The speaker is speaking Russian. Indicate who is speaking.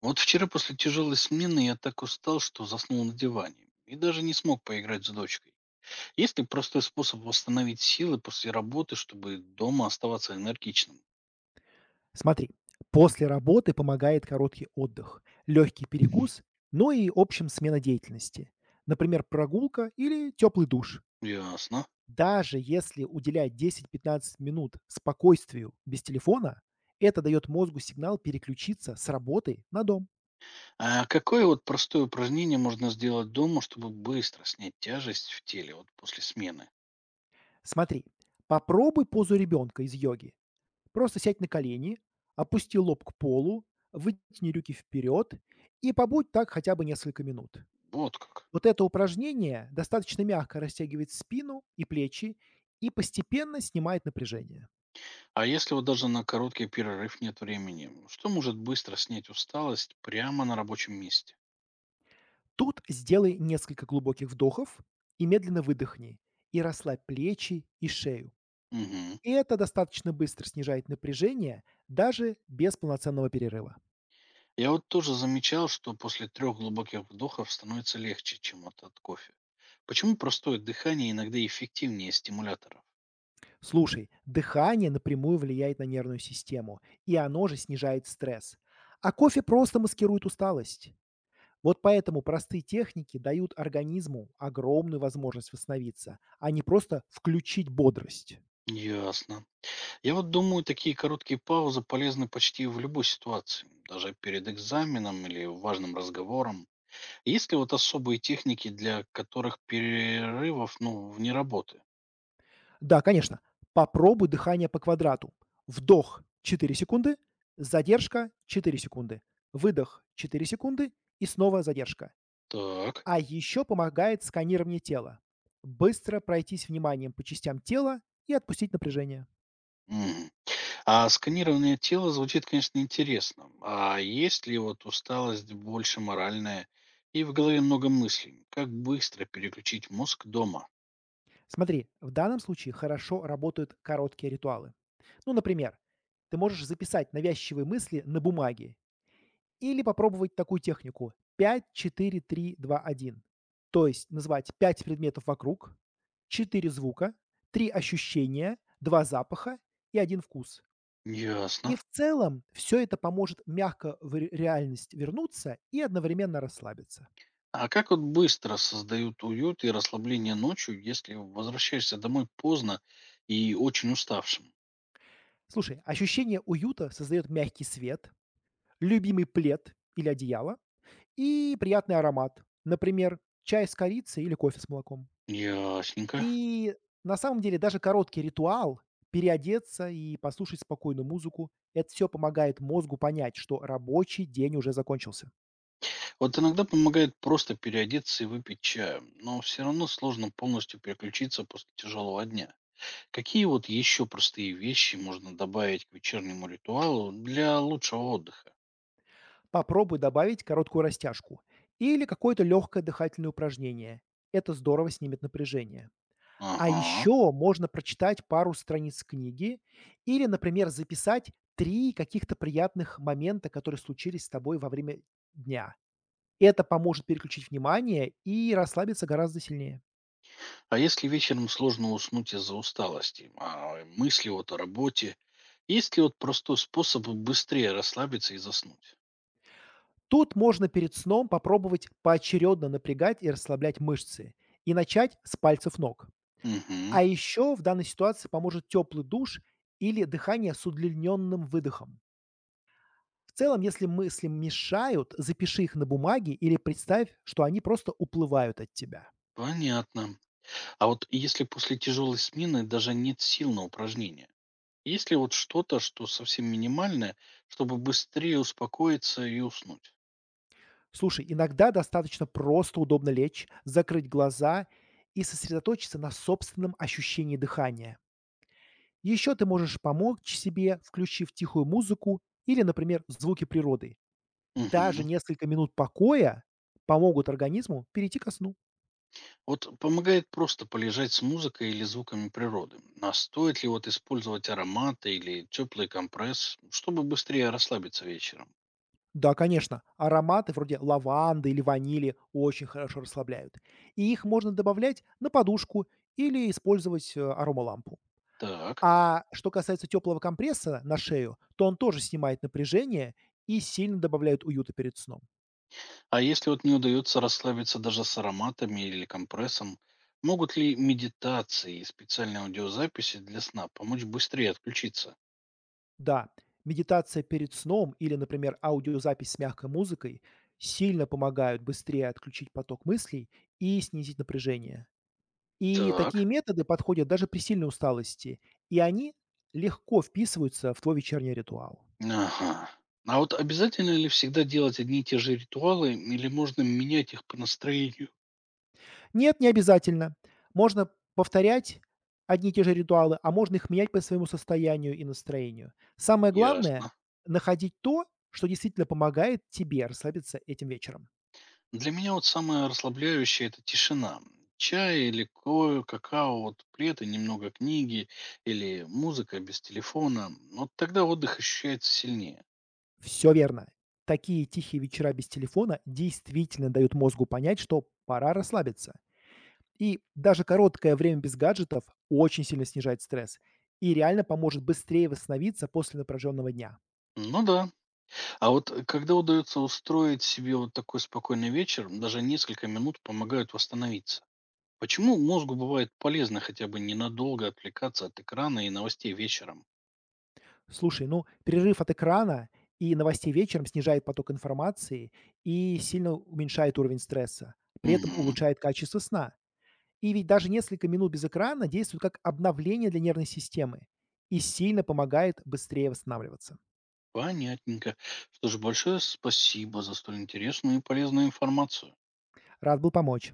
Speaker 1: Вот вчера после тяжелой смены я так устал, что заснул на диване и даже не смог поиграть с дочкой. Есть ли простой способ восстановить силы после работы, чтобы дома оставаться энергичным?
Speaker 2: Смотри, после работы помогает короткий отдых, легкий перекус, ну и общем смена деятельности. Например, прогулка или теплый душ.
Speaker 1: Ясно.
Speaker 2: Даже если уделять 10-15 минут спокойствию без телефона, это дает мозгу сигнал переключиться с работы на дом.
Speaker 1: А какое вот простое упражнение можно сделать дома, чтобы быстро снять тяжесть в теле вот после смены?
Speaker 2: Смотри, попробуй позу ребенка из йоги. Просто сядь на колени, опусти лоб к полу, вытяни руки вперед и побудь так хотя бы несколько минут.
Speaker 1: Вот как.
Speaker 2: Вот это упражнение достаточно мягко растягивает спину и плечи и постепенно снимает напряжение.
Speaker 1: А если вот даже на короткий перерыв нет времени, что может быстро снять усталость прямо на рабочем месте?
Speaker 2: Тут сделай несколько глубоких вдохов и медленно выдохни, и расслабь плечи и шею.
Speaker 1: Угу.
Speaker 2: И это достаточно быстро снижает напряжение даже без полноценного перерыва.
Speaker 1: Я вот тоже замечал, что после трех глубоких вдохов становится легче, чем от кофе. Почему простое дыхание иногда эффективнее стимуляторов?
Speaker 2: Слушай, дыхание напрямую влияет на нервную систему, и оно же снижает стресс. А кофе просто маскирует усталость. Вот поэтому простые техники дают организму огромную возможность восстановиться, а не просто включить бодрость.
Speaker 1: Ясно. Я вот думаю, такие короткие паузы полезны почти в любой ситуации, даже перед экзаменом или важным разговором. Есть ли вот особые техники, для которых перерывов, ну, вне работы?
Speaker 2: Да, конечно, попробуй дыхание по квадрату. Вдох 4 секунды, задержка 4 секунды, выдох 4 секунды и снова задержка.
Speaker 1: Так.
Speaker 2: А еще помогает сканирование тела. Быстро пройтись вниманием по частям тела и отпустить напряжение.
Speaker 1: Мгм. А сканирование тела звучит, конечно, интересно. А есть ли вот усталость больше моральная и в голове много мыслей? Как быстро переключить мозг дома?
Speaker 2: Смотри, в данном случае хорошо работают короткие ритуалы. Ну, например, ты можешь записать навязчивые мысли на бумаге или попробовать такую технику пять, четыре, три, два, один, то есть назвать 5 предметов вокруг, 4 звука, 3 ощущения, 2 запаха и один вкус. И
Speaker 1: Ясно.
Speaker 2: в целом все это поможет мягко в реальность вернуться и одновременно расслабиться.
Speaker 1: А как вот быстро создают уют и расслабление ночью, если возвращаешься домой поздно и очень уставшим?
Speaker 2: Слушай, ощущение уюта создает мягкий свет, любимый плед или одеяло, и приятный аромат. Например, чай с корицей или кофе с молоком.
Speaker 1: Ясненько.
Speaker 2: И на самом деле даже короткий ритуал переодеться и послушать спокойную музыку, это все помогает мозгу понять, что рабочий день уже закончился.
Speaker 1: Вот иногда помогает просто переодеться и выпить чаю, но все равно сложно полностью переключиться после тяжелого дня. Какие вот еще простые вещи можно добавить к вечернему ритуалу для лучшего отдыха?
Speaker 2: Попробуй добавить короткую растяжку или какое-то легкое дыхательное упражнение. Это здорово снимет напряжение. А
Speaker 1: Ага.
Speaker 2: еще можно прочитать пару страниц книги или, например, записать три каких-то приятных момента, которые случились с тобой во время дня. Это поможет переключить внимание и расслабиться гораздо сильнее.
Speaker 1: А если вечером сложно уснуть из-за усталости, а мысли вот о работе, есть ли вот простой способ быстрее расслабиться и заснуть?
Speaker 2: Тут можно перед сном попробовать поочередно напрягать и расслаблять мышцы и начать с пальцев ног.
Speaker 1: Угу.
Speaker 2: А еще в данной ситуации поможет теплый душ или дыхание с удлиненным выдохом. В целом, если мысли мешают, запиши их на бумаге или представь, что они просто уплывают от тебя.
Speaker 1: Понятно. А вот если после тяжелой смены даже нет сил на упражнения, есть ли вот что-то, что совсем минимальное, чтобы быстрее успокоиться и уснуть?
Speaker 2: Слушай, иногда достаточно просто удобно лечь, закрыть глаза и сосредоточиться на собственном ощущении дыхания. Еще ты можешь помочь себе, включив тихую музыку или, например, звуки природы. Даже
Speaker 1: Угу.
Speaker 2: несколько минут покоя помогут организму перейти ко сну.
Speaker 1: Вот помогает просто полежать с музыкой или звуками природы. А стоит ли вот использовать ароматы или теплый компресс, чтобы быстрее расслабиться вечером?
Speaker 2: Да, конечно, ароматы вроде лаванды или ванили очень хорошо расслабляют. И их можно добавлять на подушку или использовать аромалампу.
Speaker 1: Так.
Speaker 2: А что касается теплого компресса на шею, то он тоже снимает напряжение и сильно добавляет уюта перед сном.
Speaker 1: А если вот не удается расслабиться даже с ароматами или компрессом, могут ли медитации и специальные аудиозаписи для сна помочь быстрее отключиться?
Speaker 2: Да, медитация перед сном или, например, аудиозапись с мягкой музыкой сильно помогают быстрее отключить поток мыслей и снизить напряжение. И такие
Speaker 1: Так.
Speaker 2: методы подходят даже при сильной усталости, и они легко вписываются в твой вечерний ритуал.
Speaker 1: Ага. А вот обязательно ли всегда делать одни и те же ритуалы или можно менять их по настроению?
Speaker 2: Нет, не обязательно. Можно повторять одни и те же ритуалы, а можно их менять по своему состоянию и настроению. Самое главное —
Speaker 1: Ясно.
Speaker 2: находить то, что действительно помогает тебе расслабиться этим вечером.
Speaker 1: Для меня вот самое расслабляющее– это тишина. Чай или кофе, какао, вот плед и немного книги, или музыка без телефона. Вот тогда отдых ощущается сильнее.
Speaker 2: Все верно. Такие тихие вечера без телефона действительно дают мозгу понять, что пора расслабиться. И даже короткое время без гаджетов очень сильно снижает стресс и реально поможет быстрее восстановиться после напряженного дня.
Speaker 1: Ну да. А вот когда удается устроить себе вот такой спокойный вечер, даже несколько минут помогают восстановиться. Почему мозгу бывает полезно хотя бы ненадолго отвлекаться от экрана и новостей вечером?
Speaker 2: Слушай, ну, перерыв от экрана и новостей вечером снижает поток информации и сильно уменьшает уровень стресса, при этом
Speaker 1: Угу.
Speaker 2: улучшает качество сна. И ведь даже несколько минут без экрана действует как обновление для нервной системы и сильно помогает быстрее восстанавливаться.
Speaker 1: Понятненько. Что же, большое спасибо за столь интересную и полезную информацию.
Speaker 2: Рад был помочь.